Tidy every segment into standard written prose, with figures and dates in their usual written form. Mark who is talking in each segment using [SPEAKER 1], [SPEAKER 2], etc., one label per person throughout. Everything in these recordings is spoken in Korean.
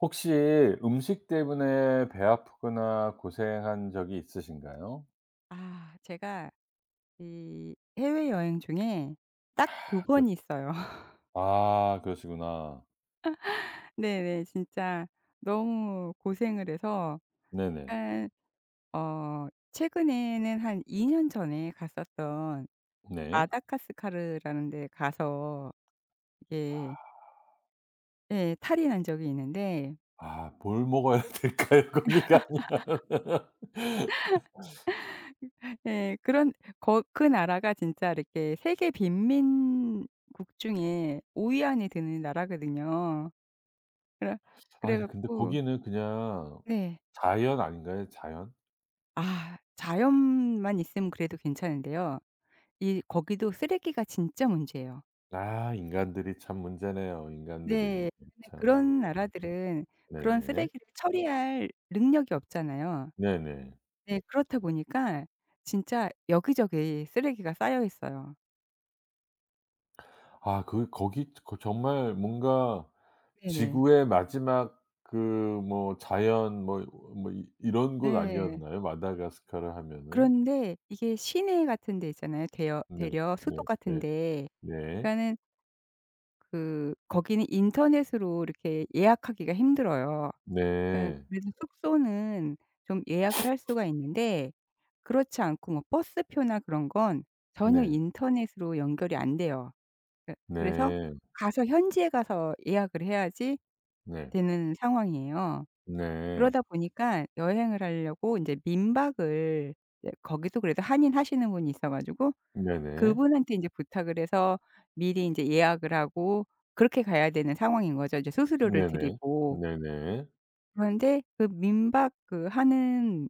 [SPEAKER 1] 혹시 음식 때문에 배 아프거나 고생한 적이 있으신가요?
[SPEAKER 2] 아 제가 이 해외여행 중에 딱 두 번
[SPEAKER 1] 그
[SPEAKER 2] 있어요.
[SPEAKER 1] 아 그러시구나.
[SPEAKER 2] 네네. 진짜 너무 고생을 해서
[SPEAKER 1] 네네.
[SPEAKER 2] 약간 어 최근에는 한 2년 전에 갔었던 마
[SPEAKER 1] 네.
[SPEAKER 2] 다카스카르라는 데 가서 이게 예 탈이 난 적이 있는데
[SPEAKER 1] 아 뭘 먹어야 될까요? 고기가 아니라.
[SPEAKER 2] 예 그런 거 그 나라가 진짜 이렇게 세계 빈민국 중에 5위 안에 드는 나라거든요. 그래 그래
[SPEAKER 1] 아니 근데
[SPEAKER 2] 갖고
[SPEAKER 1] 고기는 그냥
[SPEAKER 2] 네.
[SPEAKER 1] 자연 아닌가요? 자연?
[SPEAKER 2] 아 자연만 있으면 그래도 괜찮은데요. 이 거기도 쓰레기가 진짜 문제예요.
[SPEAKER 1] 아 인간들이 참 문제네요, 인간들이
[SPEAKER 2] 네. 근데
[SPEAKER 1] 참.
[SPEAKER 2] 그런 나라들은 그런
[SPEAKER 1] 네네.
[SPEAKER 2] 쓰레기를 처리할 능력이 없잖아요.
[SPEAKER 1] 네네.
[SPEAKER 2] 네 그렇다 보니까 진짜 여기저기 쓰레기가 쌓여 있어요.
[SPEAKER 1] 아 그 거기 거 정말 뭔가
[SPEAKER 2] 네네.
[SPEAKER 1] 지구의 마지막 그 뭐 자연 뭐 뭐 이 이런 곳
[SPEAKER 2] 네.
[SPEAKER 1] 아니었나요? 마다가스카르 하면은?
[SPEAKER 2] 그런데 이게 시내 같은 데 있잖아요. 대여
[SPEAKER 1] 네.
[SPEAKER 2] 대려
[SPEAKER 1] 네.
[SPEAKER 2] 수도 같은
[SPEAKER 1] 네.
[SPEAKER 2] 데.
[SPEAKER 1] 네.
[SPEAKER 2] 그러니까는 그 거기는 인터넷으로 이렇게 예약하기가 힘들어요. 예.
[SPEAKER 1] 네.
[SPEAKER 2] 그래서 숙소는 좀 예약을 할 수가 있는데 그렇지 않고 뭐 버스표나 그런 건 전혀
[SPEAKER 1] 네.
[SPEAKER 2] 인터넷으로 연결이 안 돼요. 예 그래서
[SPEAKER 1] 네.
[SPEAKER 2] 가서 현지에 가서 예약을 해야지
[SPEAKER 1] 네.
[SPEAKER 2] 되는 상황이에요.
[SPEAKER 1] 네.
[SPEAKER 2] 그러다 보니까 여행을 하려고 인제 민박을 이제 거기도 그래도 한인 하시는 분이 있어 가지고
[SPEAKER 1] 네네.
[SPEAKER 2] 그분한테 인제 부탁을 해서 미리 인제 예약을 하고 그렇게 가야 되는 상황인 거죠, 이제 수수료를
[SPEAKER 1] 네네.
[SPEAKER 2] 드리고.
[SPEAKER 1] 네네. 네. 네.
[SPEAKER 2] 그런데 그 민박 그 하는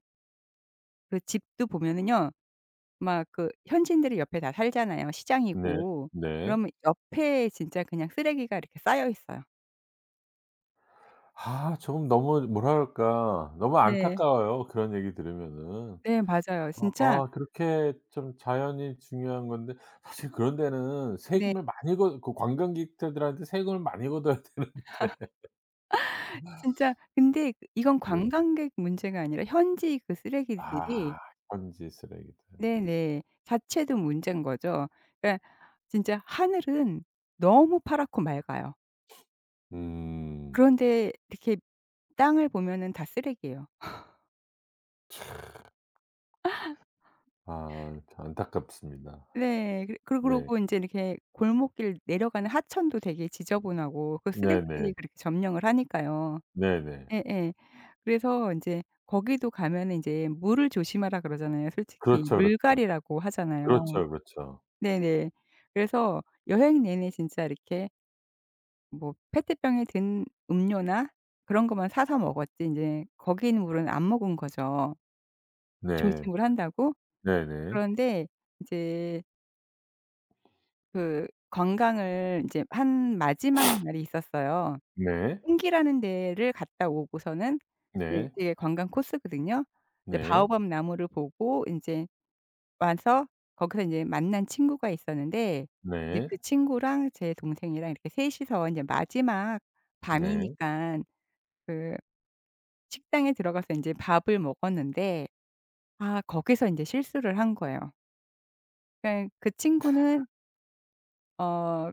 [SPEAKER 2] 그 집도 보면은요. 막 그 현지인들이 옆에 다 살잖아요,
[SPEAKER 1] 네, 네,
[SPEAKER 2] 시장이고.
[SPEAKER 1] 네.
[SPEAKER 2] 그러면 옆에 진짜 그냥 쓰레기가 이렇게 쌓여 있어요.
[SPEAKER 1] 아좀 너무 뭐랄까 너무
[SPEAKER 2] 네.
[SPEAKER 1] 안타까워요, 그런 얘기 들으면은.
[SPEAKER 2] 네 맞아요.
[SPEAKER 1] 아
[SPEAKER 2] 진짜
[SPEAKER 1] 아 그렇게 좀 자연이 중요한 건데 사실 그런 데는
[SPEAKER 2] 네
[SPEAKER 1] 세금을 많이 걷 그 관광객들한테 세금을 많이 걷어야 되는데
[SPEAKER 2] 진짜 근데 그 이건
[SPEAKER 1] 네.
[SPEAKER 2] 관광객 문제가 아니라 현지 그 쓰레기들이
[SPEAKER 1] 아 현지 쓰레기들.
[SPEAKER 2] 네네. 자체도 문제인 거죠. 그러니까 진짜 하늘은 너무 파랗고 맑아요.
[SPEAKER 1] 음.
[SPEAKER 2] 그런데 이렇게 땅을 보면은 다 쓰레기예요.
[SPEAKER 1] 아 참 안타깝습니다.
[SPEAKER 2] 네. 그리 그러
[SPEAKER 1] 네.
[SPEAKER 2] 그러고 인제 이렇게 골목길 내려가는 하천도 되게 지저분하고 그
[SPEAKER 1] 네네.
[SPEAKER 2] 쓰레기들이 그렇게 점령을 하니까요.
[SPEAKER 1] 네네.
[SPEAKER 2] 예예. 그래서 인제 거기도 가면은 인제 "물을 조심하라." 그러잖아요. 솔직히
[SPEAKER 1] 그렇죠, 그렇죠.
[SPEAKER 2] 물갈이라고 하잖아요.
[SPEAKER 1] 그렇죠, 그렇죠.
[SPEAKER 2] 네네. 그래서 여행 내내 진짜 이렇게 뭐 페트병에 든 음료나 그런 것만 사서 먹었지 인제 거기 있는 물은 안 먹은 거죠,
[SPEAKER 1] 네.
[SPEAKER 2] 조심을 한다고.
[SPEAKER 1] 네네.
[SPEAKER 2] 그런데 이제 그 관광을 인제 한 마지막 날이 있었어요.
[SPEAKER 1] 네.
[SPEAKER 2] 띵기라는 데를 갔다 오고서는 네
[SPEAKER 1] 네.
[SPEAKER 2] 게 관광 코스거든요. 이제
[SPEAKER 1] 네.
[SPEAKER 2] 바오밥 나무를 보고 인제 와서 거기서 인제 만난 친구가 있었는데 이제
[SPEAKER 1] 네.
[SPEAKER 2] 그 친구랑 제 동생이랑 이렇게 셋 이 서 인제 마지막
[SPEAKER 1] 네.
[SPEAKER 2] 밤이니깐 그 식당에 들어가서 인제 밥을 먹었는데 아 거기서 인제 실수를 한 거예요. 그러니까 그 친구는 어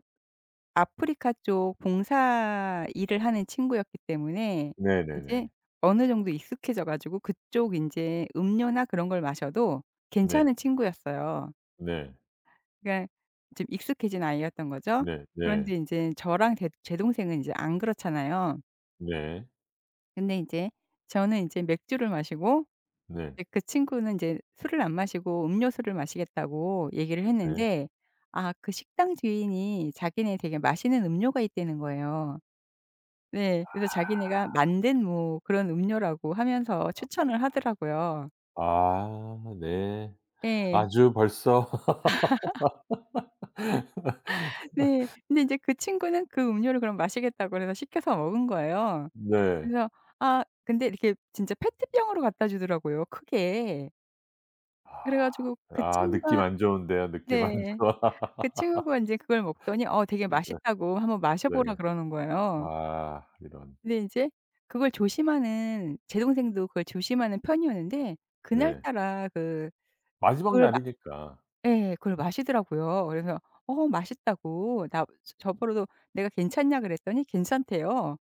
[SPEAKER 2] 아프리카 쪽 봉사 일을 하는 친구였기 때문에
[SPEAKER 1] 네네네.
[SPEAKER 2] 인제 어느 정도 익숙해져 가지고 그쪽 인제 음료나 그런 걸 마셔도
[SPEAKER 1] 네.
[SPEAKER 2] 괜찮은 친구였어요.
[SPEAKER 1] 네.
[SPEAKER 2] 그러니까 좀 익숙해진 아이였던 거죠.
[SPEAKER 1] 네. 네.
[SPEAKER 2] 그런데 인제 저랑 제 동생은 인제 안 그렇잖아요.
[SPEAKER 1] 네.
[SPEAKER 2] 근데 인제 저는 인제 맥주를 마시고
[SPEAKER 1] 네.
[SPEAKER 2] 이제 그 친구는 인제 술을 안 마시고 음료수를 마시겠다고 얘기를
[SPEAKER 1] 네.
[SPEAKER 2] 했는데 아 그 식당 주인이 자기네 되게 맛있는 음료가 있다는 거예요. 네. 그래서 자기네가 만든 뭐 그런 음료라고 하면서 추천을 하더라고요.
[SPEAKER 1] 아 네.
[SPEAKER 2] 예.
[SPEAKER 1] 아주 벌써
[SPEAKER 2] 네. 근데 인제 그 친구는 그 음료를 그럼 마시겠다고 그래서 시켜서 먹은 거예요.
[SPEAKER 1] 네.
[SPEAKER 2] 그래서 아 근데 이렇게 진짜 페트병으로 갖다 주더라고요, 크게. 그래 가지고 그
[SPEAKER 1] 아 느낌
[SPEAKER 2] 친구가
[SPEAKER 1] 안 좋은데요. 느낌 안
[SPEAKER 2] 네.
[SPEAKER 1] 좋아.
[SPEAKER 2] 그 친구가 인제 그걸 먹더니 어 되게
[SPEAKER 1] 네
[SPEAKER 2] 맛있다고 "한번 마셔 보라."
[SPEAKER 1] 네.
[SPEAKER 2] 그러는 거예요.
[SPEAKER 1] 아 이런.
[SPEAKER 2] 근데 인제 그걸 조심하는 제 동생도 그걸 조심하는 편이었는데
[SPEAKER 1] 네.
[SPEAKER 2] 그날따라 그
[SPEAKER 1] 마지막
[SPEAKER 2] 그걸
[SPEAKER 1] 날이니까.
[SPEAKER 2] 예. 그걸 마시더라고요. 그래서 맛있다고 나 저보고도 "내가 괜찮냐?" 그랬더니 괜찮대요.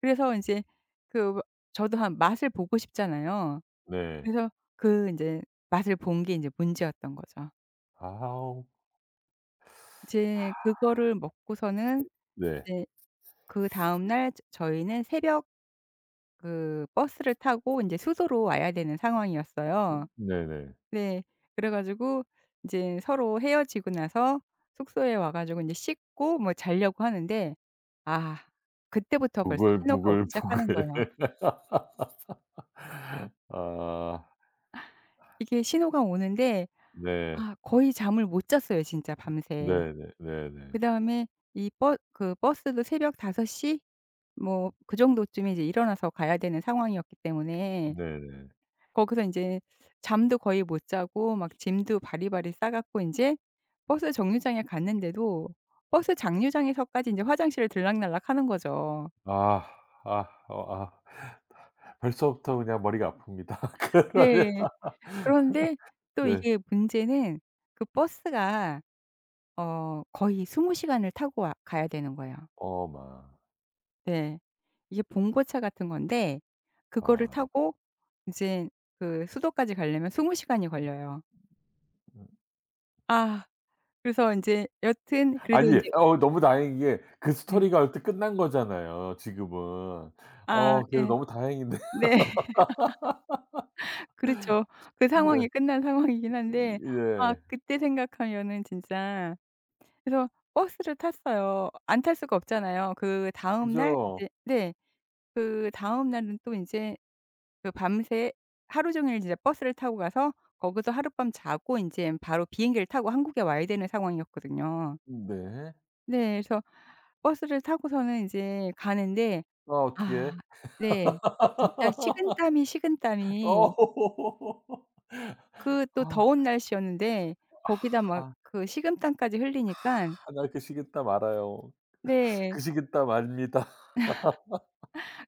[SPEAKER 2] 그래서 인제 그 뭐 저도 한 맛을 보고 싶잖아요.
[SPEAKER 1] 네.
[SPEAKER 2] 그래서 그 인제 맛을 본 게 인제 문제였던 거죠.
[SPEAKER 1] 아우
[SPEAKER 2] 이제 그거를 먹고서는
[SPEAKER 1] 네.
[SPEAKER 2] 이제 그다음 날 저희는 새벽 그 버스를 타고 인제 수도로 와야 되는 상황이었어요.
[SPEAKER 1] 네네.
[SPEAKER 2] 네. 그래 가지고 인제 서로 헤어지고 나서 숙소에 와 가지고 인제 씻고 뭐 자려고 하는데 아 그때부터 벌써 신호가 오기 시작하는
[SPEAKER 1] 부글부글부글.
[SPEAKER 2] 거예요.
[SPEAKER 1] 아
[SPEAKER 2] 이게 신호가 오는데
[SPEAKER 1] 네.
[SPEAKER 2] 아 거의 잠을 못 잤어요 진짜 밤새.
[SPEAKER 1] 네네 네네.
[SPEAKER 2] 그다음에 이 버 그 버스도 새벽 5시 뭐 그 정도쯤에 이제 일어나서 가야 되는 상황이었기 때문에
[SPEAKER 1] 네네.
[SPEAKER 2] 거기서 인제 잠도 거의 못 자고 막 짐도 바리바리 싸 갖고 인제 버스 정류장에 갔는데도 버스 장류장에서까지 인제 화장실을 들락날락하는 거죠.
[SPEAKER 1] 아 아 어 아 벌써부터 그냥 머리가 아픕니다. 그러면
[SPEAKER 2] 네. 그런데 또
[SPEAKER 1] 네.
[SPEAKER 2] 이게 문제는 그 버스가 거의 20시간 시간을 타고 와 가야 되는 거예요.
[SPEAKER 1] 어마.
[SPEAKER 2] 네. 이게 봉고차 같은 건데 그거를
[SPEAKER 1] 아.
[SPEAKER 2] 타고 인제 그 수도까지 가려면 20시간 시간이 걸려요.
[SPEAKER 1] 음.
[SPEAKER 2] 아 그래서 인제 여튼 그래도
[SPEAKER 1] 아니
[SPEAKER 2] 인제
[SPEAKER 1] 어 너무 다행인 게 그
[SPEAKER 2] 네.
[SPEAKER 1] 스토리가 어쨌든 끝난 거잖아요 지금은.
[SPEAKER 2] 아
[SPEAKER 1] 어 그래서
[SPEAKER 2] 예.
[SPEAKER 1] 너무 다행인데.
[SPEAKER 2] 네. 그렇죠. 그
[SPEAKER 1] 네.
[SPEAKER 2] 상황이 끝난 상황이긴 한데 아
[SPEAKER 1] 예.
[SPEAKER 2] 그때 생각하면은 진짜 그래서 버스를 탔어요. 안 탈 수가 없잖아요. 그다음 날
[SPEAKER 1] 그죠?
[SPEAKER 2] 이제 네. 그다음 날은 또 이제 그 밤새 하루 종일 진짜 버스를 타고 가서 거기서 하룻밤 자고 이제 바로 비행기를 타고 한국에 와야 되는 상황이었거든요.
[SPEAKER 1] 네.
[SPEAKER 2] 네. 그래서 버스를 타고서는 이제 가는데
[SPEAKER 1] 아
[SPEAKER 2] 아
[SPEAKER 1] 어떡해.
[SPEAKER 2] 네. 진짜 식은땀이 식은땀이
[SPEAKER 1] 어.
[SPEAKER 2] 그 또 더운
[SPEAKER 1] 아
[SPEAKER 2] 날씨였는데 거기다 막
[SPEAKER 1] 하
[SPEAKER 2] 그 식은땀까지 흘리니깐
[SPEAKER 1] 하나 그시겠다 말아요.
[SPEAKER 2] 네.
[SPEAKER 1] 그시겠다 맙니다.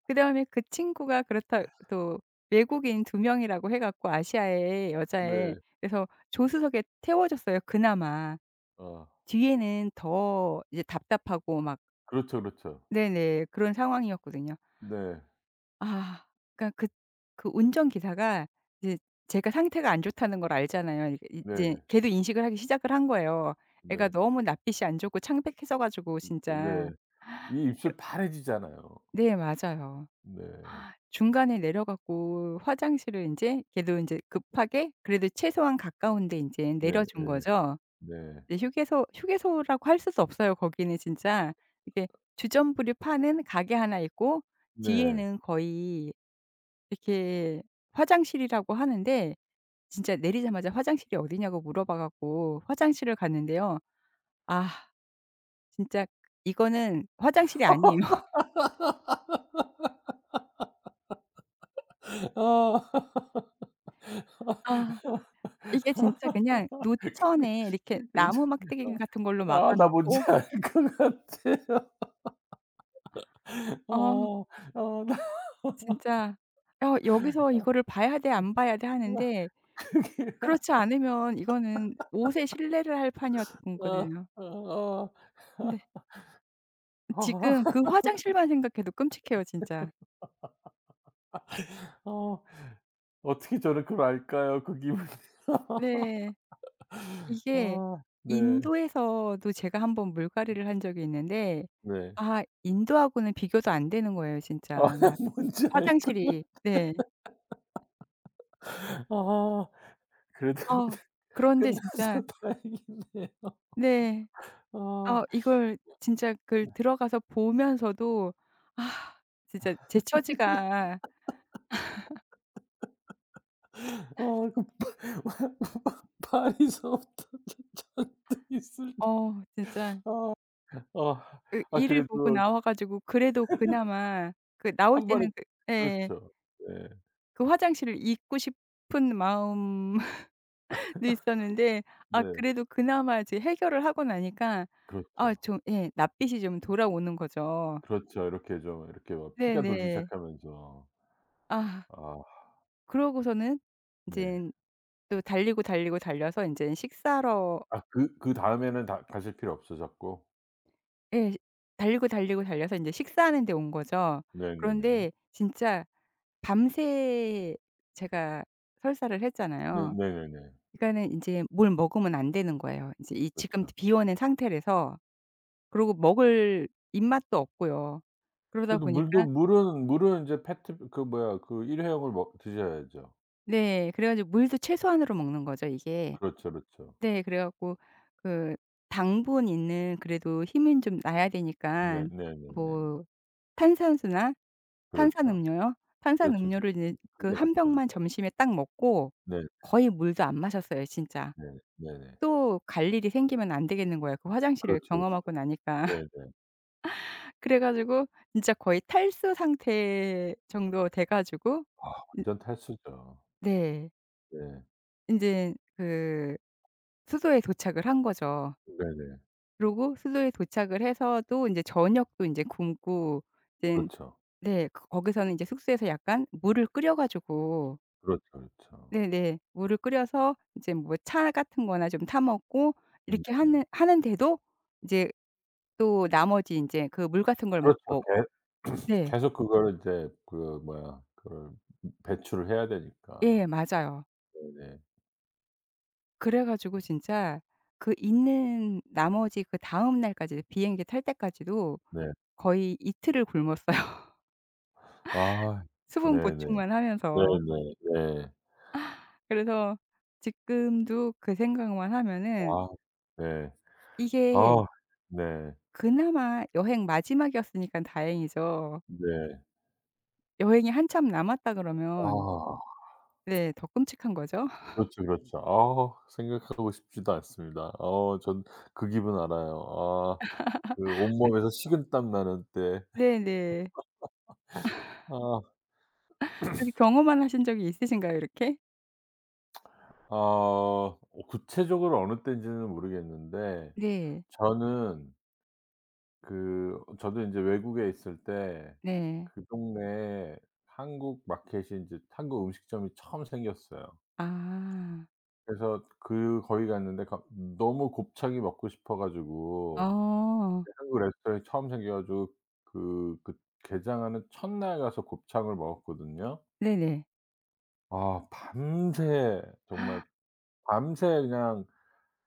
[SPEAKER 2] 그다음에 그 친구가 그렇다 또 외국인 두 명이라고 해 갖고 아시아의 여자애
[SPEAKER 1] 네.
[SPEAKER 2] 그래서 조수석에 태워 줬어요 그나마.
[SPEAKER 1] 어.
[SPEAKER 2] 뒤에는 더 이제 답답하고 막
[SPEAKER 1] 그렇죠, 그렇죠.
[SPEAKER 2] 네네. 그런 상황이었거든요.
[SPEAKER 1] 네.
[SPEAKER 2] 아. 그러니까 그 운전기사가 이제 제가 상태가 안 좋다는 걸 알잖아요. 이게 이제
[SPEAKER 1] 네네.
[SPEAKER 2] 걔도 인식을 하기 시작을 한 거예요. 애가
[SPEAKER 1] 네.
[SPEAKER 2] 너무 낯빛이 안 좋고 창백해져 가지고
[SPEAKER 1] 네. 네.
[SPEAKER 2] 진짜
[SPEAKER 1] 이 입술 파래지잖아요.
[SPEAKER 2] 네 맞아요.
[SPEAKER 1] 네.
[SPEAKER 2] 중간에 내려 갖고 화장실을 인제 걔도 인제 급하게 그래도 최소한 가까운 데 인제
[SPEAKER 1] 네.
[SPEAKER 2] 내려 준 거죠.
[SPEAKER 1] 네.
[SPEAKER 2] 이제 휴게소 휴게소라고 할 수도 없어요. 거기는 진짜. 이게 주전부리 파는 가게 하나 있고
[SPEAKER 1] 네.
[SPEAKER 2] 뒤에는 거의 이렇게 화장실이라고 하는데 진짜 내리자마자 "화장실이 어디냐."고 물어봐 갖고 화장실을 갔는데요. 아 진짜 이거는 화장실이 아니에요.
[SPEAKER 1] 아.
[SPEAKER 2] 아. 이게 진짜 그냥 노천에 이렇게
[SPEAKER 1] 그렇죠.
[SPEAKER 2] 나무 막대기
[SPEAKER 1] 어.
[SPEAKER 2] 같은 걸로
[SPEAKER 1] 아
[SPEAKER 2] 막아
[SPEAKER 1] 나 뭔지
[SPEAKER 2] 놓고
[SPEAKER 1] 알 것 같아요.
[SPEAKER 2] 어
[SPEAKER 1] 어. 어 나
[SPEAKER 2] 진짜 '어 여기서 이거를 봐야 돼, 안 봐야 돼.'
[SPEAKER 1] 나
[SPEAKER 2] 하는데
[SPEAKER 1] 그게
[SPEAKER 2] 그렇지 않으면 이거는 옷에 실례를 할 판이었던
[SPEAKER 1] 어.
[SPEAKER 2] 거든요.
[SPEAKER 1] 어 어.
[SPEAKER 2] 근데 지금
[SPEAKER 1] 어.
[SPEAKER 2] 그 화장실만 생각해도 끔찍해요 진짜.
[SPEAKER 1] 어. 어떻게 저를 그걸 알까요? 그 기분.
[SPEAKER 2] 네. 이게
[SPEAKER 1] 아 네.
[SPEAKER 2] 인도에서도 제가 한번 물갈이를 한 적이 있는데
[SPEAKER 1] 네.
[SPEAKER 2] 아 인도하고는 비교도 안 되는 거예요
[SPEAKER 1] 아
[SPEAKER 2] 진짜.
[SPEAKER 1] 뭔지 알 것
[SPEAKER 2] 화장실이 네.
[SPEAKER 1] 아 그래도
[SPEAKER 2] 아 그런데 진짜
[SPEAKER 1] 끝나서 다행이네
[SPEAKER 2] 네.
[SPEAKER 1] 아.
[SPEAKER 2] 아 이걸 진짜 그걸 들어가서 보면서도 아 진짜 제 처지가
[SPEAKER 1] 아 그 파리서부터 있을 때
[SPEAKER 2] 진짜
[SPEAKER 1] 아.
[SPEAKER 2] 그
[SPEAKER 1] 아
[SPEAKER 2] 이를 보고
[SPEAKER 1] 그래도
[SPEAKER 2] 나와 가지고 그래도 그나마 그 나올
[SPEAKER 1] 한 번에
[SPEAKER 2] 때는 그 예.
[SPEAKER 1] 그렇죠. 네.
[SPEAKER 2] 그 화장실을 잊고 싶은 마음 네 있었는데 아
[SPEAKER 1] 네.
[SPEAKER 2] 그래도 그나마 이제 해결을 하고 나니까 아
[SPEAKER 1] 그렇죠.
[SPEAKER 2] 좀 예 낯빛이 좀 돌아오는 거죠.
[SPEAKER 1] 그렇죠. 이렇게 좀 이렇게 막 피가 돌기
[SPEAKER 2] 네네.
[SPEAKER 1] 시작하면서.
[SPEAKER 2] 아
[SPEAKER 1] 아
[SPEAKER 2] 그러고서는
[SPEAKER 1] 네.
[SPEAKER 2] 인젠 또 달리고, 달리고 달려서 인제 식사하러
[SPEAKER 1] 아 그 그다음에는 다 가실 필요 없으셨고.
[SPEAKER 2] 예 달리고, 달리고 달려서 인제 식사하는 데 온 거죠.
[SPEAKER 1] 네네네.
[SPEAKER 2] 그런데 진짜 밤새 제가 설사를
[SPEAKER 1] 네
[SPEAKER 2] 했잖아요.
[SPEAKER 1] 네네네.
[SPEAKER 2] 그러니까는 인제 뭘 먹으면 안 되는 거예요. 인제 이 지금
[SPEAKER 1] 그렇죠.
[SPEAKER 2] 비워낸 상태라서. 그러고 먹을 입맛도 없고요. 그러다
[SPEAKER 1] 그래도 물도
[SPEAKER 2] 보니까
[SPEAKER 1] 물은 물은 인제 페트 그 뭐야 그 일회용을 먹 드셔야죠.
[SPEAKER 2] 네 그래 가지고 물도 최소한으로 먹는 거죠 이게.
[SPEAKER 1] 그렇죠, 그렇죠.
[SPEAKER 2] 네 그래 갖고 그 당분 있는 그래도 힘은 좀 나야
[SPEAKER 1] 네
[SPEAKER 2] 되니깐
[SPEAKER 1] 네네네.
[SPEAKER 2] 뭐 탄산수나
[SPEAKER 1] 그렇죠.
[SPEAKER 2] 탄산음료요?
[SPEAKER 1] 그렇죠. 그
[SPEAKER 2] 탄산음료를 이제
[SPEAKER 1] 그
[SPEAKER 2] 그
[SPEAKER 1] 그게
[SPEAKER 2] 한
[SPEAKER 1] 맞죠.
[SPEAKER 2] 병만 점심에 딱 먹고
[SPEAKER 1] 네
[SPEAKER 2] 거의 물도 안 마셨어요 진짜.
[SPEAKER 1] 네 네네.
[SPEAKER 2] 또 갈 일이 생기면 안 되겠는 거예요 그 화장실을
[SPEAKER 1] 그렇죠.
[SPEAKER 2] 경험하고 나니까.
[SPEAKER 1] 네네.
[SPEAKER 2] 그래 가지고 진짜 거의 탈수 상태 정도 돼 가지고
[SPEAKER 1] 아
[SPEAKER 2] 이
[SPEAKER 1] 완전 탈수죠.
[SPEAKER 2] 네.
[SPEAKER 1] 네.
[SPEAKER 2] 인제 그 수도에 도착을 한 거죠.
[SPEAKER 1] 네네.
[SPEAKER 2] 그러고 수도에 도착을 해서 또 인제 저녁도 인제 굶고 인젠
[SPEAKER 1] 그렇죠.
[SPEAKER 2] 네 거 거기서는 인제 숙소에서 약간 물을 끓여 가지고
[SPEAKER 1] 그렇죠, 그렇죠.
[SPEAKER 2] 네네 물을 끓여서 이제 뭐 차 같은 거나 좀 타 먹고
[SPEAKER 1] 네.
[SPEAKER 2] 이렇게 하는데도 이제 또 나머지 인제 그 물 같은 걸 뭐
[SPEAKER 1] 그렇죠.
[SPEAKER 2] 뭐
[SPEAKER 1] 개
[SPEAKER 2] 네.
[SPEAKER 1] 계속 그거를 이제 그 뭐야 그걸 배출을 해야
[SPEAKER 2] 예
[SPEAKER 1] 되니까.
[SPEAKER 2] 맞아요.
[SPEAKER 1] 네네.
[SPEAKER 2] 그래 가지고 진짜 그 있는 나머지 그다음 날까지 비행기 탈 때까지도
[SPEAKER 1] 네.
[SPEAKER 2] 거의 이틀을 굶었어요,
[SPEAKER 1] 아
[SPEAKER 2] 수분
[SPEAKER 1] 네네.
[SPEAKER 2] 보충만 하면서.
[SPEAKER 1] 네네. 네.
[SPEAKER 2] 그래서 지금도 그 생각만 하면은
[SPEAKER 1] 아 네.
[SPEAKER 2] 이게
[SPEAKER 1] 아 네.
[SPEAKER 2] 그나마 여행 마지막이었으니깐 다행이죠.
[SPEAKER 1] 네.
[SPEAKER 2] 여행이 한참 남았다 그러면
[SPEAKER 1] 아
[SPEAKER 2] 네 더 끔찍한 거죠.
[SPEAKER 1] 그렇죠, 그렇죠. 아 생각하고 싶지도 않습니다. 어 전 그 기분 알아요. 아 그 온몸에서 식은땀 나는 때.
[SPEAKER 2] 네네.
[SPEAKER 1] 아
[SPEAKER 2] 그래서 경험만 하신 적이 있으신가요, 이렇게?
[SPEAKER 1] 아 어 구체적으로 어느 때인지는 모르겠는데
[SPEAKER 2] 네.
[SPEAKER 1] 저는 그 저도 인제 외국에 있을 때
[SPEAKER 2] 네.
[SPEAKER 1] 그 동네에 한국 마켓이 인제 한국 음식점이 처음 생겼어요.
[SPEAKER 2] 아.
[SPEAKER 1] 그래서 그 거기 갔는데 가 너무 곱창이 먹고 싶어 가지고
[SPEAKER 2] 어.
[SPEAKER 1] 그 한국 레스토랑이 처음 생겨 가지고 그 그 개장하는 첫날 가서 곱창을 먹었거든요.
[SPEAKER 2] 네네.
[SPEAKER 1] 아 밤새 정말 밤새 그냥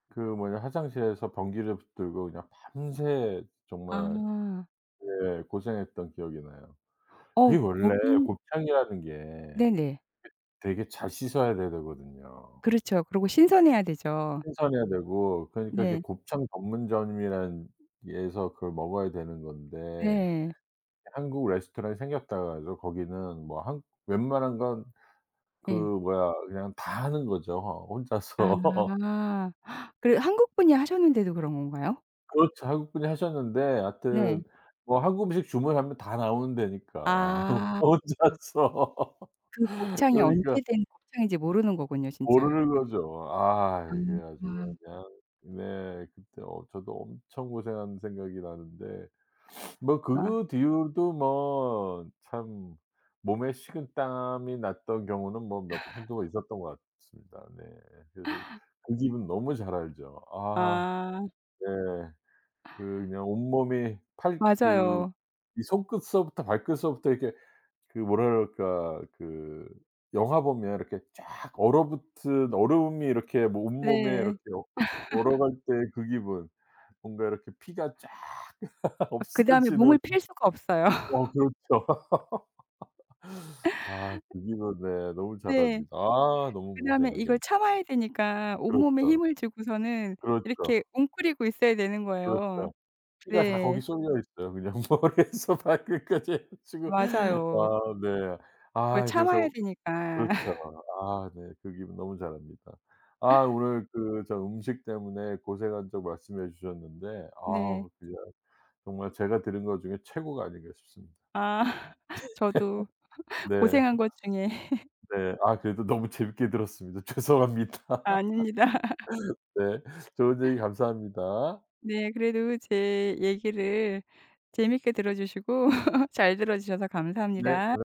[SPEAKER 1] 그 뭐냐 화장실에서 변기를 붙들고 그냥 밤새 정말
[SPEAKER 2] 아.
[SPEAKER 1] 예 고생했던 기억이 나요.
[SPEAKER 2] 어
[SPEAKER 1] 그게 원래
[SPEAKER 2] 거긴
[SPEAKER 1] 곱창이라는 게
[SPEAKER 2] 네네.
[SPEAKER 1] 되게 잘 씻어야 돼 되거든요.
[SPEAKER 2] 그렇죠. 그리고 신선해야 되죠.
[SPEAKER 1] 신선해야 되고 그러니까 이게
[SPEAKER 2] 네.
[SPEAKER 1] 곱창 전문점이라는 데에서 그걸 먹어야 되는 건데
[SPEAKER 2] 네.
[SPEAKER 1] 한국 레스토랑이 생겼다고 해서 거기는 뭐 한 웬만한 건 그
[SPEAKER 2] 예.
[SPEAKER 1] 뭐야 그냥 다 하는 거죠 어,
[SPEAKER 2] 아.
[SPEAKER 1] 혼자서.
[SPEAKER 2] 그래 한국 분이 하셨는데도 그런 건가요?
[SPEAKER 1] 그렇죠. 한국분이 하셨는데 하여튼
[SPEAKER 2] 네.
[SPEAKER 1] 뭐 한국 음식 주문하면 다 나오는 데니까
[SPEAKER 2] 아. 아
[SPEAKER 1] 혼자서.
[SPEAKER 2] 그 곱창이
[SPEAKER 1] 그러니까
[SPEAKER 2] 언제 된 곱창인지 모르는 거군요 진짜.
[SPEAKER 1] 모르는 거죠. 아
[SPEAKER 2] 아.
[SPEAKER 1] 이게 아주 그냥 네. 그때 어 저도 엄청 고생한 생각이 나는데 뭐
[SPEAKER 2] 아.
[SPEAKER 1] 그 뒤로도 뭐 참 몸에 식은 땀이 났던 경우는 뭐 몇 한두 번 있었던 것 같습니다. 네. 그래서 그 기분 너무 잘 알죠. 아
[SPEAKER 2] 아.
[SPEAKER 1] 네. 그냥 온몸이 팔 그
[SPEAKER 2] 맞아요.
[SPEAKER 1] 이 손끝서부터 발끝서부터 이렇게 그 뭐랄까 그 영화 보면 이렇게 쫙 얼어붙은 얼음이 이렇게 뭐 온몸에
[SPEAKER 2] 네.
[SPEAKER 1] 이렇게 어 얼어갈 때 그 기분. 뭔가 이렇게 피가 쫙
[SPEAKER 2] 아 그다음에
[SPEAKER 1] 없어지는
[SPEAKER 2] 몸을 필 수가 없어요.
[SPEAKER 1] 어 그렇죠. 아 그 기분 네 너무 잘합
[SPEAKER 2] 네.
[SPEAKER 1] 니다 아 너무
[SPEAKER 2] 그다음에
[SPEAKER 1] 고생하셨
[SPEAKER 2] 이걸 참아야 되니까 온몸에
[SPEAKER 1] 그렇죠.
[SPEAKER 2] 힘을 주고서는
[SPEAKER 1] 그렇죠.
[SPEAKER 2] 이렇게 웅크리고 있어야 되는 거예요.
[SPEAKER 1] 그렇죠. 피가 다 거기
[SPEAKER 2] 네.
[SPEAKER 1] 쏠려 있어요. 그냥 머리에서 발끝까지 해 가지고.
[SPEAKER 2] 맞아요.
[SPEAKER 1] 아 네.
[SPEAKER 2] 그걸
[SPEAKER 1] 아
[SPEAKER 2] 참아야
[SPEAKER 1] 그래서
[SPEAKER 2] 되니까.
[SPEAKER 1] 그렇죠. 아 네. 그 기분 너무 잘 압니다. 아 오늘 그 저 음식 때문에 고생한 적 말씀해 주셨는데
[SPEAKER 2] 네.
[SPEAKER 1] 아우 그냥 정말 제가 들은 것 중에 최고가 아닌가 싶습니다.
[SPEAKER 2] 아 저도
[SPEAKER 1] 네.
[SPEAKER 2] 고생한 것 중에
[SPEAKER 1] 네. 아 그래도 너무 재밌게 들었습니다. 죄송합니다.
[SPEAKER 2] 아, 아닙니다.
[SPEAKER 1] 네. 좋은 얘기 감사합니다.
[SPEAKER 2] 네. 그래도 제 얘기를 재밌게 들어 주시고 잘 들어 주셔서
[SPEAKER 1] 네.
[SPEAKER 2] 감사합니다.